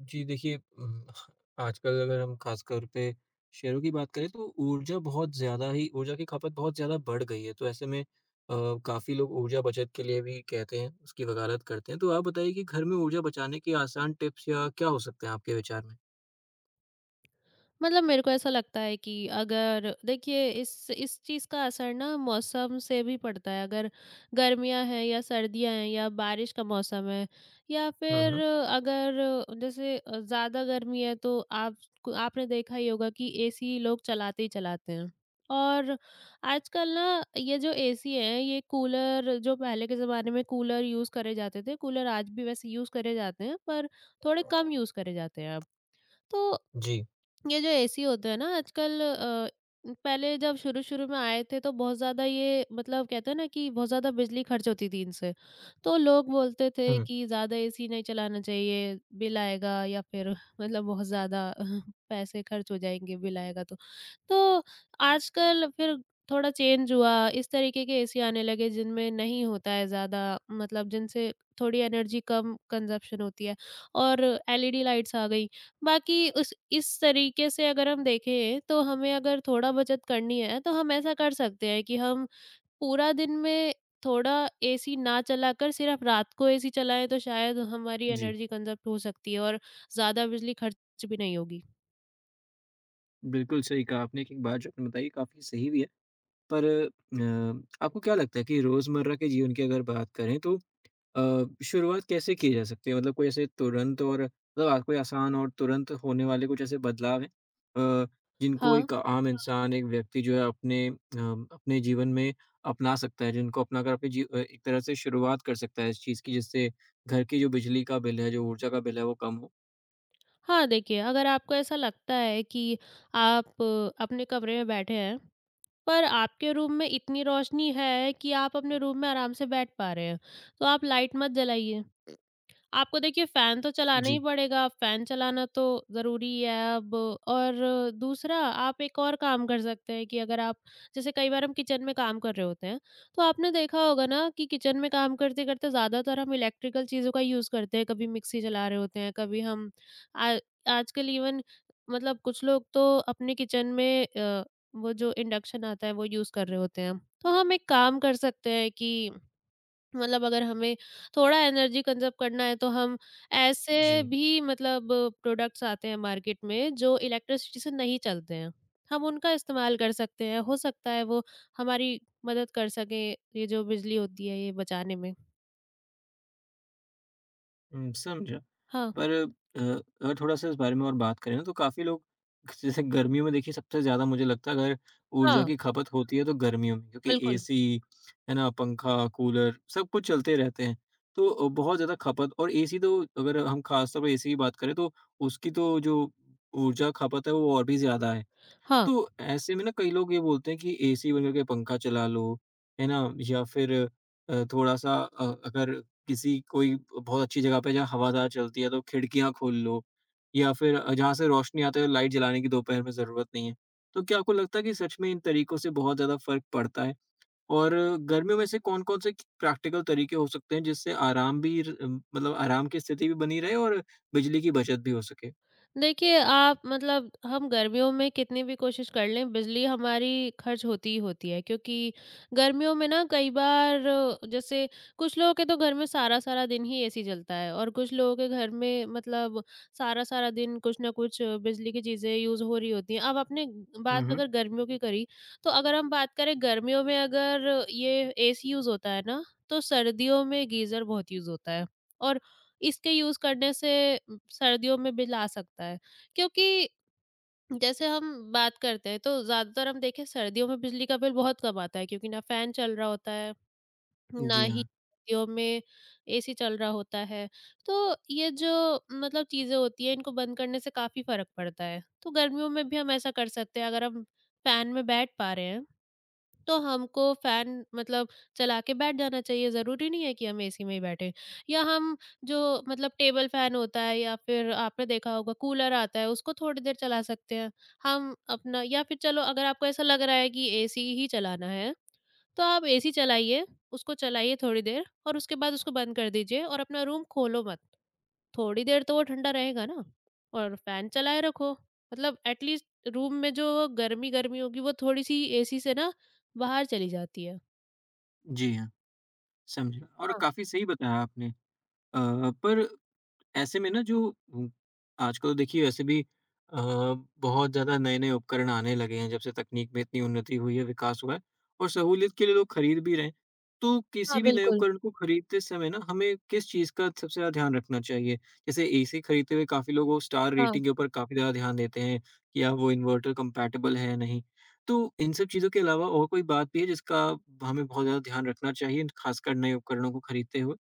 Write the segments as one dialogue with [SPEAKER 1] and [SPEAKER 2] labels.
[SPEAKER 1] जी देखिए आजकल अगर हम ख़ासतौर पे शहरों की बात करें तो ऊर्जा बहुत ज़्यादा ही ऊर्जा की खपत बहुत ज़्यादा बढ़ गई है। तो ऐसे में अ, काफ़ी लोग ऊर्जा बचत के लिए भी कहते हैं, उसकी वकालत करते हैं। तो आप बताइए कि घर में ऊर्जा बचाने के आसान टिप्स या क्या हो सकते हैं आपके विचार में?
[SPEAKER 2] मतलब मेरे को ऐसा लगता है कि अगर देखिए इस चीज़ का असर ना मौसम से भी पड़ता है, अगर गर्मियां हैं या सर्दियां हैं या बारिश का मौसम है या
[SPEAKER 1] हुँ,
[SPEAKER 2] फिर
[SPEAKER 1] हुँ।
[SPEAKER 2] अगर जैसे ज़्यादा गर्मी है तो आप आपने देखा ही होगा कि एसी लोग चलाते ही चलाते हैं। और आजकल ना ये जो एसी है, ये कूलर जो पहले के ज़माने में कूलर यूज़ करे जाते थे, कूलर आज भी वैसे यूज़ करे जाते हैं पर थोड़े कम यूज़ करे जाते हैं अब। तो
[SPEAKER 1] जी।
[SPEAKER 2] ये जो एसी होते हैं ना आजकल, पहले जब शुरू-शुरू में आए थे तो बहुत ज़्यादा, ये मतलब कहते हैं ना, कि बहुत ज़्यादा बिजली खर्च होती थी इनसे। तो लोग बोलते थे
[SPEAKER 1] हुँ।
[SPEAKER 2] कि ज़्यादा एसी नहीं चलाना चाहिए, बिल आएगा या फिर मतलब बहुत ज़्यादा पैसे खर्च हो जाएँगे, बिल आएगा तो। तो आजकल फिर थोड़ा चेंज हुआ, इस तरीके के एसी आने लगे जिनमें नहीं होता है ज़्यादा, मतलब जिनसे थोड़ी एनर्जी कम कंज़प्शन होती है, और एलईडी लाइट्स आ गई। बाकी उस इस तरीके से अगर हम देखें तो हमें अगर थोड़ा बचत करनी है तो हम ऐसा कर सकते हैं कि हम पूरा दिन में थोड़ा एसी ना चलाकर सिर्फ रात को एसी चलाएँ, तो शायद हमारी
[SPEAKER 1] जी,
[SPEAKER 2] एनर्जी कंज़प्ट हो सकती है और ज़्यादा बिजली खर्च भी नहीं होगी।
[SPEAKER 1] बिल्कुल सही कहा आपने कि बात जो आपने बताई काफ़ी सही भी है। पर आपको क्या लगता है कि रोज़मर्रा के जीवन की अगर बात करें तो अ, शुरुआत कैसे की जा सकती है? मतलब कोई ऐसे तुरंत और मतलब आ कोई आसान और तुरंत होने वाले कुछ ऐसे बदलाव हैं अ, जिनको
[SPEAKER 2] हाँ।
[SPEAKER 1] एक आम इंसान, एक व्यक्ति जो है अपने जीवन में अपना सकता है, जिनको अपनाकर अपने एक तरह से शुरुआत कर सकता है इस चीज़ की, जिससे घर की जो बिजली का बिल है, जो ऊर्जा का बिल है, वो कम हो?
[SPEAKER 2] हाँ, देखिए अगर आपको ऐसा लगता है कि आप अपने कमरे में बैठे हैं, पर आपके रूम में इतनी रोशनी है कि आप अपने रूम में आराम से बैठ पा रहे हैं, तो आप लाइट मत जलाइए। आपको देखिए फ़ैन तो चलाना ही
[SPEAKER 1] जी।
[SPEAKER 2] पड़ेगा, फ़ैन चलाना तो ज़रूरी है अब। और दूसरा, आप एक और काम कर सकते हैं कि अगर आप जैसे कई बार हम किचन में काम कर रहे होते हैं, तो आपने देखा होगा ना कि किचन में काम करते-करते ज़्यादातर हम इलेक्ट्रिकल चीज़ों का यूज़ करते हैं, कभी मिक्सी चला रहे होते हैं, कभी हम आ आजकल इवन मतलब कुछ लोग तो अपने किचन में, वो जो इंडक्शन आता है वो यूज़ कर रहे होते हैं। तो हम एक काम कर सकते हैं कि मतलब अगर हमें थोड़ा एनर्जी कंज़र्व करना है, तो हम ऐसे
[SPEAKER 1] जी।
[SPEAKER 2] भी, मतलब प्रोडक्ट्स आते हैं मार्केट में जो इलेक्ट्रिसिटी से नहीं चलते हैं। हम उनका इस्तेमाल कर सकते हैं, हो सकता है वो हमारी मदद कर सकें, ये जो बिजली होती है ये बचाने में।
[SPEAKER 1] हुँ, समझा।
[SPEAKER 2] हाँ,
[SPEAKER 1] पर अगर थोड़ा-सा इस बारे में और बात करें ना तो काफ़ी लोग जैसे गर्मियों में देखिए सबसे ज़्यादा मुझे लगता है अगर ऊर्जा
[SPEAKER 2] हाँ,
[SPEAKER 1] की खपत होती है तो गर्मियों में क्योंकि
[SPEAKER 2] बिल्कुल।
[SPEAKER 1] एसी, है ना, पंखा, कूलर सब कुछ चलते रहते हैं। तो बहुत ज़्यादा खपत और एसी तो अगर हम खास तौर पे एसी की बात करें तो उसकी तो जो ऊर्जा खपत है वो और भी ज़्यादा है।
[SPEAKER 2] हाँ।
[SPEAKER 1] तो ऐसे में ना कई लोग ये बोलते हैं कि एसी बंद करके पंखा चला लो, है ना? या फिर थोड़ा-सा अगर किसी कोई बहुत अच्छी जगह पे जहाँ हवादार चलती है तो खिड़कियाँ खोल लो या फिर जहाँ से रोशनी आती है लाइट जलाने की दोपहर में ज़रूरत नहीं है। तो क्या आपको लगता है कि सच में इन तरीकों से बहुत ज़्यादा फ़र्क पड़ता है? और गर्मियों में से कौन-कौन से प्रैक्टिकल तरीके हो सकते हैं जिससे आराम भी र मतलब आराम की स्थिति भी बनी रहे और बिजली की बचत भी हो सके?
[SPEAKER 2] देखिए, आप मतलब हम गर्मियों में कितनी भी कोशिश कर लें, बिजली हमारी खर्च होती ही होती है क्योंकि गर्मियों में ना कई बार, जैसे कुछ लोगों के तो घर में सारा-सारा दिन ही एसी चलता है, और कुछ लोगों के घर में मतलब सारा-सारा दिन कुछ ना कुछ, बिजली की चीज़ें यूज़ हो रही होती हैं। अब आपने
[SPEAKER 1] हुँ,
[SPEAKER 2] बात
[SPEAKER 1] हुँ।
[SPEAKER 2] अगर गर्मियों की करी, तो अगर हम बात करें गर्मियों में, अगर ये एसी यूज़ होता है ना, तो सर्दियों में गीज़र बहुत यूज़ होता है, और इसके यूज़ करने से सर्दियों में बिल आ सकता है, क्योंकि जैसे हम बात करते हैं तो ज़्यादातर हम देखें सर्दियों में बिजली का बिल बहुत कम आता है क्योंकि ना फ़ैन चल रहा होता है, ना
[SPEAKER 1] जी
[SPEAKER 2] ही
[SPEAKER 1] हाँ।
[SPEAKER 2] सर्दियों में एसी चल रहा होता है। तो ये जो मतलब चीज़ें होती हैं, इनको बंद करने से काफ़ी फ़र्क पड़ता है। तो गर्मियों में भी हम ऐसा कर सकते हैं, अगर हम फ़ैन में बैठ पा रहे हैं तो हमको फ़ैन मतलब चला के बैठ जाना चाहिए, ज़रूरी नहीं है कि हम एसी में ही बैठें। या हम जो मतलब टेबल फ़ैन होता है या फिर आपने देखा होगा कूलर आता है, उसको थोड़ी देर चला सकते हैं। हम अपना, या फिर चलो, अगर आपको ऐसा लग रहा है कि एसी ही चलाना है, तो आप एसी चलाइए, उसको चलाइए थोड़ी देर और उसके बाद उसको बंद कर दीजिए और अपना रूम खोलो मत। थोड़ी देर तो वो ठंडा रहेगा ना, और फैन चलाए रखो, मतलब एटलीस्ट रूम में जो गर्मी गर्मी होगी वो थोड़ी सी एसी से ना बाहर चली जाती है।
[SPEAKER 1] जी हाँ। समझा और
[SPEAKER 2] हाँ,
[SPEAKER 1] काफ़ी सही बताया आपने। पर ऐसे में ना जो उम, आजकल तो देखिए वैसे भी अ, बहुत ज़्यादा नए-नए उपकरण आने लगे हैं, जब से तकनीक में इतनी उन्नति हुई है, विकास हुआ है और सहूलियत के लिए लोग खरीद भी रहे हैं। तो
[SPEAKER 2] हाँ,
[SPEAKER 1] किसी भी नए
[SPEAKER 2] बिल्कुल।
[SPEAKER 1] उपकरण को खरीदते समय ना हमें किस चीज़ का सबसे ज़्यादा ध्यान रखना चाहिए? जैसे एसी खरीदते हुए काफ़ी लोग वो स्टार
[SPEAKER 2] हाँ।
[SPEAKER 1] रेटिंग के ऊपर काफ़ी ज़्यादा ध्यान देते हैं कि क्या वो इन्वर्टर कंपैटिबल है या नहीं। तो इन सब चीज़ों के अलावा और कोई बात भी है जिसका हमें बहुत ज़्यादा ध्यान रखना चाहिए, खासकर नए उपकरणों को खरीदते हुए?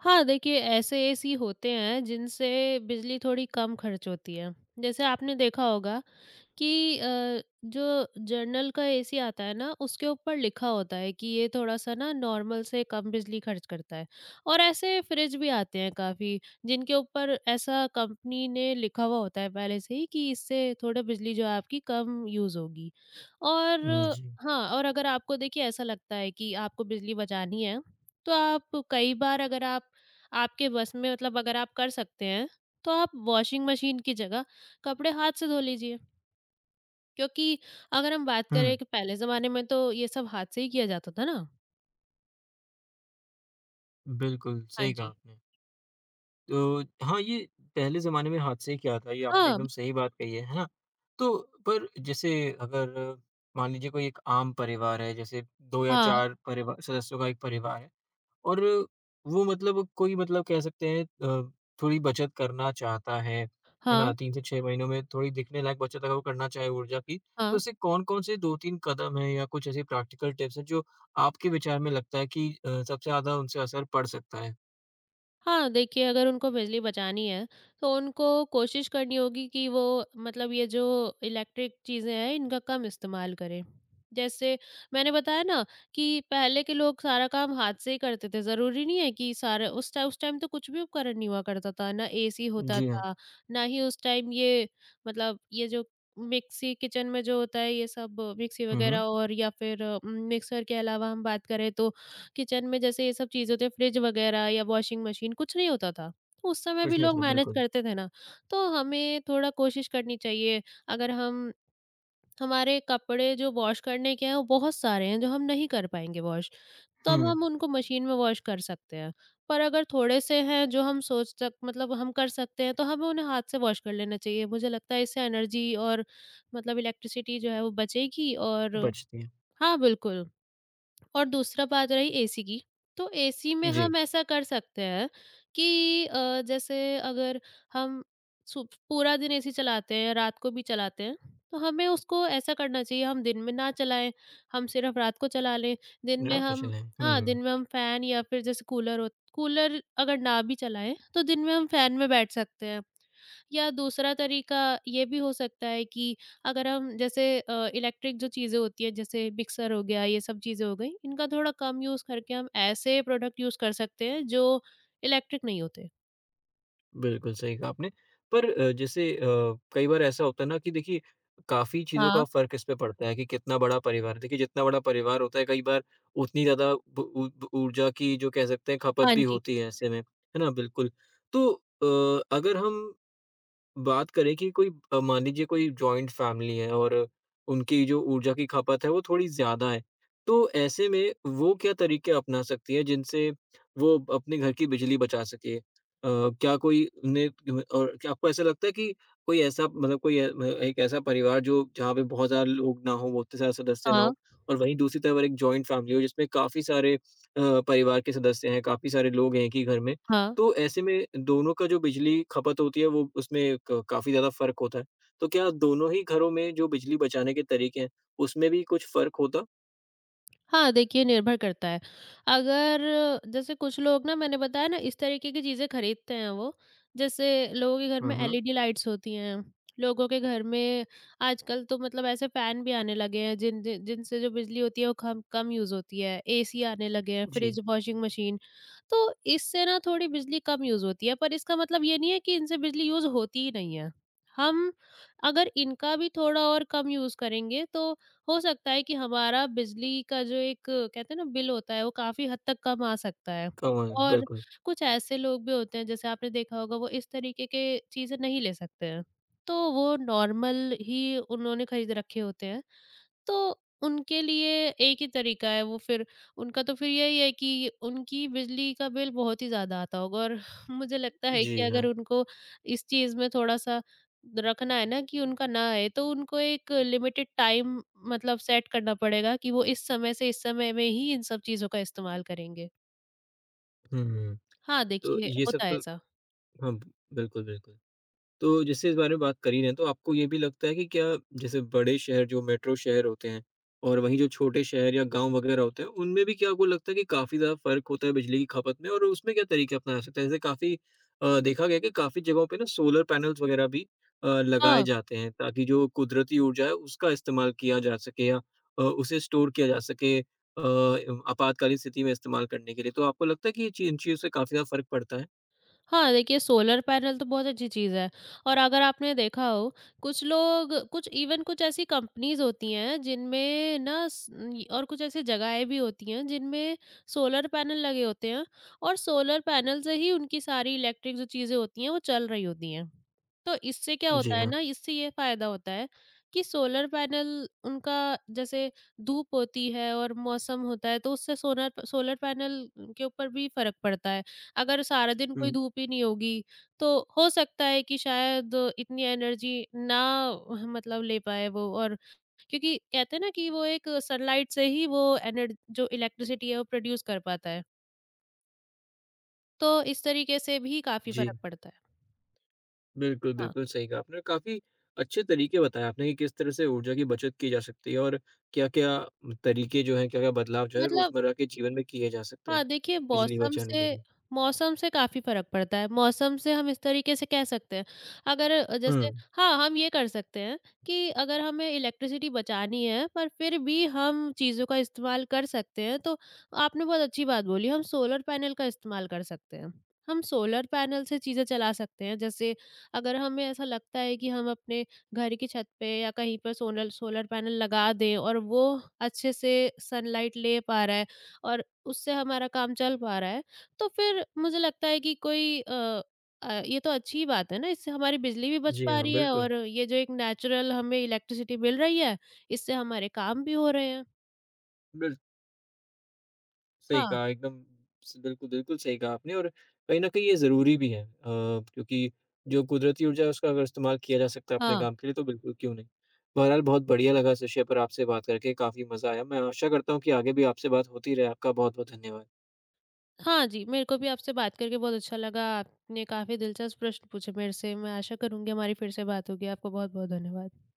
[SPEAKER 2] हाँ, देखिए ऐसे एसी होते हैं जिनसे बिजली थोड़ी कम खर्च होती है। जैसे आपने देखा होगा कि, जो जर्नल का एसी आता है ना, उसके ऊपर लिखा होता है कि ये थोड़ा-सा ना नॉर्मल से कम बिजली खर्च करता है, और ऐसे फ्रिज भी आते हैं काफ़ी, जिनके ऊपर ऐसा कंपनी ने लिखा हुआ होता है पहले से ही, कि इससे थोड़ा बिजली जो है आपकी कम यूज़ होगी। और
[SPEAKER 1] हुँ, जी।
[SPEAKER 2] हाँ, और अगर आपको देखिए ऐसा लगता है कि आपको बिजली बचानी है, तो आप कई बार अगर आप आपके बस में, मतलब अगर आप कर सकते हैं, तो आप वॉशिंग मशीन की जगह कपड़े हाथ से धो लीजिए। क्योंकि अगर हम बात करें कि पहले ज़माने में तो ये सब हाथ से ही किया जाता था ना।
[SPEAKER 1] बिल्कुल,
[SPEAKER 2] हाँ
[SPEAKER 1] सही कहा
[SPEAKER 2] जी।
[SPEAKER 1] आपने। तो हाँ, ये पहले ज़माने में हाथ से ही किया था, ये आपने
[SPEAKER 2] हाँ।
[SPEAKER 1] एकदम सही बात कही है ना? तो पर जैसे अगर मान लीजिए कोई एक आम परिवार है, जैसे 2 या
[SPEAKER 2] हाँ,
[SPEAKER 1] 4 परिवा सदस्यों का एक परिवार है और वो मतलब कोई मतलब कह सकते हैं थोड़ी बचत करना चाहता है ना?
[SPEAKER 2] हाँ,
[SPEAKER 1] 3 से 6 महीनों में थोड़ी दिखने लायक बचत अगर वो करना चाहे ऊर्जा की, तो
[SPEAKER 2] हाँ।
[SPEAKER 1] ऐसे कौन-कौन से 2-3 कदम हैं या कुछ ऐसी प्रैक्टिकल टिप्स हैं, जो आपके विचार में लगता है कि सबसे ज़्यादा उनसे असर पड़ सकता है?
[SPEAKER 2] हाँ, देखिए अगर उनको बिजली बचानी है, तो उनको कोशिश करनी होगी कि वो मतलब ये जो इलेक्ट्रिक चीज़ें हैं इनका कम इस्तेमाल करें। जैसे मैंने बताया ना कि पहले के लोग सारा काम हाथ से ही करते थे, ज़रूरी नहीं है कि सारा उस टाइम तो कुछ भी उपकरण नहीं हुआ करता था, ना एसी होता
[SPEAKER 1] जी हाँ।
[SPEAKER 2] था, ना ही उस टाइम ये मतलब ये जो मिक्सी किचन में जो होता है ये सब मिक्सी
[SPEAKER 1] हुँ,
[SPEAKER 2] वग़ैरह,
[SPEAKER 1] हुँ।
[SPEAKER 2] और या फिर मिक्सर के अलावा हम बात करें तो किचन में जैसे ये सब चीज़ होती है, फ्रिज वगैरह या वॉशिंग मशीन, कुछ नहीं होता था। तो उस समय भी
[SPEAKER 1] कुछ नहीं
[SPEAKER 2] लोग
[SPEAKER 1] होता,
[SPEAKER 2] मैनेज
[SPEAKER 1] बिल्कुल।
[SPEAKER 2] करते थे ना, तो हमें थोड़ा कोशिश करनी चाहिए, अगर हम हमारे कपड़े जो वॉश करने के हैं वो बहुत सारे हैं जो हम नहीं कर पाएँगे वॉश, तो अब
[SPEAKER 1] हुँ,
[SPEAKER 2] हम उनको मशीन में वॉश कर सकते हैं। पर अगर थोड़े से हैं जो हम सोच सक मतलब हम कर सकते हैं, तो हमें उन्हें हाथ से वॉश कर लेना चाहिए। मुझे लगता है इससे एनर्जी और मतलब इलेक्ट्रिसिटी जो है वो बचेगी, और
[SPEAKER 1] बचती है।
[SPEAKER 2] हाँ, बिल्कुल। और दूसरा बात रही एसी की, तो एसी में
[SPEAKER 1] जी,
[SPEAKER 2] हम ऐसा कर सकते हैं कि, जैसे अगर हम सु पूरा दिन एसी चलाते हैं, रात को भी चलाते हैं, तो हमें उसको ऐसा करना चाहिए हम दिन में ना चलाएँ, हम सिर्फ रात को चला लें। दिन में हम
[SPEAKER 1] राह-कुशल हैं।
[SPEAKER 2] हाँ, दिन
[SPEAKER 1] हुँ,
[SPEAKER 2] में हम फ़ैन या फिर जैसे कूलर हो, कूलर अगर ना भी चलाएँ, तो दिन में हम फ़ैन में बैठ सकते हैं। या दूसरा तरीका ये भी हो सकता है कि अगर हम जैसे, इलेक्ट्रिक जो चीज़ें होती हैं जैसे मिक्सर हो गया, ये सब चीज़ें हो गई, इनका थोड़ा कम यूज़ करके हम ऐसे प्रोडक्ट यूज़ कर सकते हैं जो इलेक्ट्रिक नहीं होते।
[SPEAKER 1] बिल्कुल सही कहा आपने। पर जैसे कई बार ऐसा होता है ना कि देखिए काफ़ी चीज़ों का
[SPEAKER 2] हाँ,
[SPEAKER 1] फ़र्क इस पे पड़ता है कि कितना बड़ा परिवार है। देखिए जितना बड़ा परिवार होता है कई बार उतनी ज़्यादा ब ऊ ब ऊर्जा की जो कह सकते हैं खपत
[SPEAKER 2] हाँ
[SPEAKER 1] भी
[SPEAKER 2] जी।
[SPEAKER 1] होती है ऐसे में, है ना? बिल्कुल। तो अगर हम बात करें कि कोई मान लीजिए कोई जॉइंट फैमिली है और उनकी जो ऊर्जा की खपत है वो थोड़ी ज़्यादा है। तो ऐसे में वो क्या तरीके अपना सकती है जिनसे वो अपने घर की बिजली बचा सके? अ, क्या कोई ने और क्या आपको ऐसा लगता है कि कोई ऐसा मतलब कोई एक ऐसा परिवार जो जहाँ पे बहुत ज़्यादा लोग ना हों, बहुत सारे सदस्य ना
[SPEAKER 2] हाँ,
[SPEAKER 1] हों और वहीं दूसरी तरफ एक जॉइंट फैमिली हो जिसमें काफ़ी सारे परिवार के सदस्य हैं, काफ़ी सारे लोग हैं एक ही घर में।
[SPEAKER 2] हाँ।
[SPEAKER 1] तो ऐसे में दोनों का जो बिजली खपत होती है वो उसमें क काफ़ी ज़्यादा फ़र्क होता है। तो क्या दोनों ही घरों में जो बिजली बचाने के तरीके हैं, उसमें भी कुछ फ़र्क होता?
[SPEAKER 2] हाँ, देखिए निर्भर करता है। अगर जैसे कुछ लोग ना, मैंने बताया ना, इस तरीके की चीज़ें खरीदते हैं वो, जैसे लोगों के घर
[SPEAKER 1] हुँ,
[SPEAKER 2] में
[SPEAKER 1] हुँ।
[SPEAKER 2] एलईडी लाइट्स होती हैं, लोगों के घर में आजकल तो मतलब ऐसे फ़ैन भी आने लगे हैं जिन जिन जिनसे जो बिजली होती है वो कम कम यूज़ होती है, एसी आने लगे हैं,
[SPEAKER 1] जी।
[SPEAKER 2] Fridge, washing machine. तो इससे ना थोड़ी बिजली कम यूज़ होती है, पर इसका मतलब ये नहीं है कि इनसे बिजली यूज़ होती ही नहीं है। हम अगर इनका भी थोड़ा और कम यूज़ करेंगे, तो हो सकता है कि हमारा बिजली का जो एक कहते हैं ना बिल होता है वो काफ़ी हद तक कम आ सकता है।
[SPEAKER 1] कम है,
[SPEAKER 2] और
[SPEAKER 1] बिल्कुल।
[SPEAKER 2] कुछ ऐसे लोग भी होते हैं जैसे आपने देखा होगा, वो इस तरीके के चीज़ें नहीं ले सकते हैं। तो वो नॉर्मल ही उन्होंने खरीद रखे होते हैं। तो उनके लिए एक ही तरीका है, वो फिर उनका तो फिर यही है कि उनकी बिजली का बिल बहुत ही ज़्यादा आता होगा, और मुझे लगता है कि
[SPEAKER 1] जी
[SPEAKER 2] अगर
[SPEAKER 1] हाँ।
[SPEAKER 2] उनको इस चीज़ में थोड़ा-सा रखना है ना कि उनका ना आए, तो उनको एक लिमिटेड टाइम मतलब सेट करना पड़ेगा कि वो इस समय से इस समय में ही इन सब चीज़ों का इस्तेमाल करेंगे।
[SPEAKER 1] हुँ, हुँ।
[SPEAKER 2] हाँ,
[SPEAKER 1] तो
[SPEAKER 2] देखिए
[SPEAKER 1] ये सब
[SPEAKER 2] होता है
[SPEAKER 1] तो
[SPEAKER 2] ऐसा।
[SPEAKER 1] हाँ, बिल्कुल, बिल्कुल। तो जैसे इस बारे में बात कर ही रहे हैं, तो आपको ये भी लगता है कि क्या जैसे बड़े शहर जो मेट्रो शहर होते हैं और वहीं जो छोटे शहर या गाँव वगैरह होते हैं, उनमें भी क्या आपको लगता है कि काफ़ी ज़्यादा फ़र्क होता है बिजली की खपत में और उसमें क्या तरीके अपनाया जा सकता है? जैसे काफ़ी देखा गया है कि काफ़ी जगहों पे ना सोलर पैनल्स वगैरह भी लगाए
[SPEAKER 2] हाँ।
[SPEAKER 1] जाते हैं ताकि जो कुदरती ऊर्जा है उसका इस्तेमाल किया जा सके या उसे स्टोर किया जा सके अ, एम आपातकालीन स्थिति में इस्तेमाल करने के लिए। तो आपको लगता है कि ये चीज़ इन चीज़ों से काफ़ी ज़्यादा फ़र्क पड़ता है?
[SPEAKER 2] हाँ, देखिए सोलर पैनल तो बहुत अच्छी चीज़ है, और अगर आपने देखा हो, कुछ लोग कुछ इवन कुछ ऐसी कंपनीज़ होती हैं जिनमें ना स न- और कुछ ऐसी जगहें भी होती हैं जिनमें सोलर पैनल लगे होते हैं, और सोलर पैनल से ही उनकी सारी इलेक्ट्रिक जो चीज़ें होती हैं वो चल रही होती हैं। तो इससे क्या होता
[SPEAKER 1] जी
[SPEAKER 2] है
[SPEAKER 1] हाँ।
[SPEAKER 2] ना, इससे ये फ़ायदा होता है कि सोलर पैनल उनका, जैसे धूप होती है और मौसम होता है, तो उससे सोनर सोलर पैनल के ऊपर भी फ़र्क पड़ता है। अगर सारा दिन कोई
[SPEAKER 1] हुँ।
[SPEAKER 2] धूप ही नहीं होगी, तो हो सकता है कि शायद इतनी एनर्जी ना, मतलब ले पाए वो, और क्योंकि कहते हैं ना कि वो एक सनलाइट से ही वो एनर्ज जो इलेक्ट्रिसिटी है वो प्रोड्यूस कर पाता है। तो इस तरीके से भी काफ़ी फ़र्क
[SPEAKER 1] जी।
[SPEAKER 2] पड़ता है।
[SPEAKER 1] बिल्कुल,
[SPEAKER 2] हाँ,
[SPEAKER 1] बिल्कुल, सही कहा आपने। काफ़ी अच्छे तरीके बताए आपने कि किस तरह से ऊर्जा की बचत की जा सकती है और क्या-क्या तरीके जो हैं, क्या-क्या बदलाव जो है
[SPEAKER 2] मतलब
[SPEAKER 1] रोज़मर्रा के जीवन में किए जा सकते हैं,
[SPEAKER 2] हाँ, देखिए
[SPEAKER 1] बिजली
[SPEAKER 2] मौसम
[SPEAKER 1] बचाने के
[SPEAKER 2] से
[SPEAKER 1] लिए।
[SPEAKER 2] मौसम से काफ़ी फ़र्क पड़ता है। मौसम से हम इस तरीके से कह सकते हैं, अगर,
[SPEAKER 1] हुँ,
[SPEAKER 2] जैसे हाँ, हम ये कर सकते हैं कि अगर हमें इलेक्ट्रिसिटी बचानी है, पर फिर भी हम चीज़ों का इस्तेमाल कर सकते हैं, तो आपने बहुत अच्छी बात बोली, हम सोलर पैनल का इस्तेमाल कर सकते हैं। हम सोलर पैनल से चीज़ें चला सकते हैं, जैसे अगर हमें ऐसा लगता है कि हम अपने घर की छत पे या कहीं पर सोनल सोलर पैनल लगा दें और वो अच्छे से सनलाइट ले पा रहा है, और उससे हमारा काम चल पा रहा है, तो फिर मुझे लगता है कि कोई ये तो अच्छी बात है ना, इससे हमारी बिजली भी बच
[SPEAKER 1] जी
[SPEAKER 2] पा
[SPEAKER 1] हाँ,
[SPEAKER 2] रही है
[SPEAKER 1] बिल्कुल,
[SPEAKER 2] और ये जो एक नेचुरल हमें इलेक्ट्रिसिटी मिल रही है, इससे हमारे काम भी हो रहे हैं।
[SPEAKER 1] बिल सही
[SPEAKER 2] हाँ,
[SPEAKER 1] कहा एकदम स बिल्कुल, बिल्कुल सही कहा आपने और कहीं न कहीं ये ज़रूरी भी है क्योंकि जो कुदरती ऊर्जा है उसका अगर इस्तेमाल किया जा सकता है अपने
[SPEAKER 2] हाँ।
[SPEAKER 1] काम के लिए तो बिल्कुल क्यों नहीं। बहरहाल बहुत बढ़िया लगा इस विषय पर आपसे बात करके, काफ़ी मज़ा आया। मैं आशा करता हूँ कि आगे भी आपसे बात होती रहे। आपका बहुत-बहुत धन्यवाद।
[SPEAKER 2] हाँ जी, मेरे को भी आपसे बात करके बहुत अच्छा लगा। आपने काफ़ी दिलचस्प प्रश्न पूछे मेरे से। मैं आशा करूँगी हमारी फिर से बात होगी। आपको बहुत-बहुत धन्यवाद।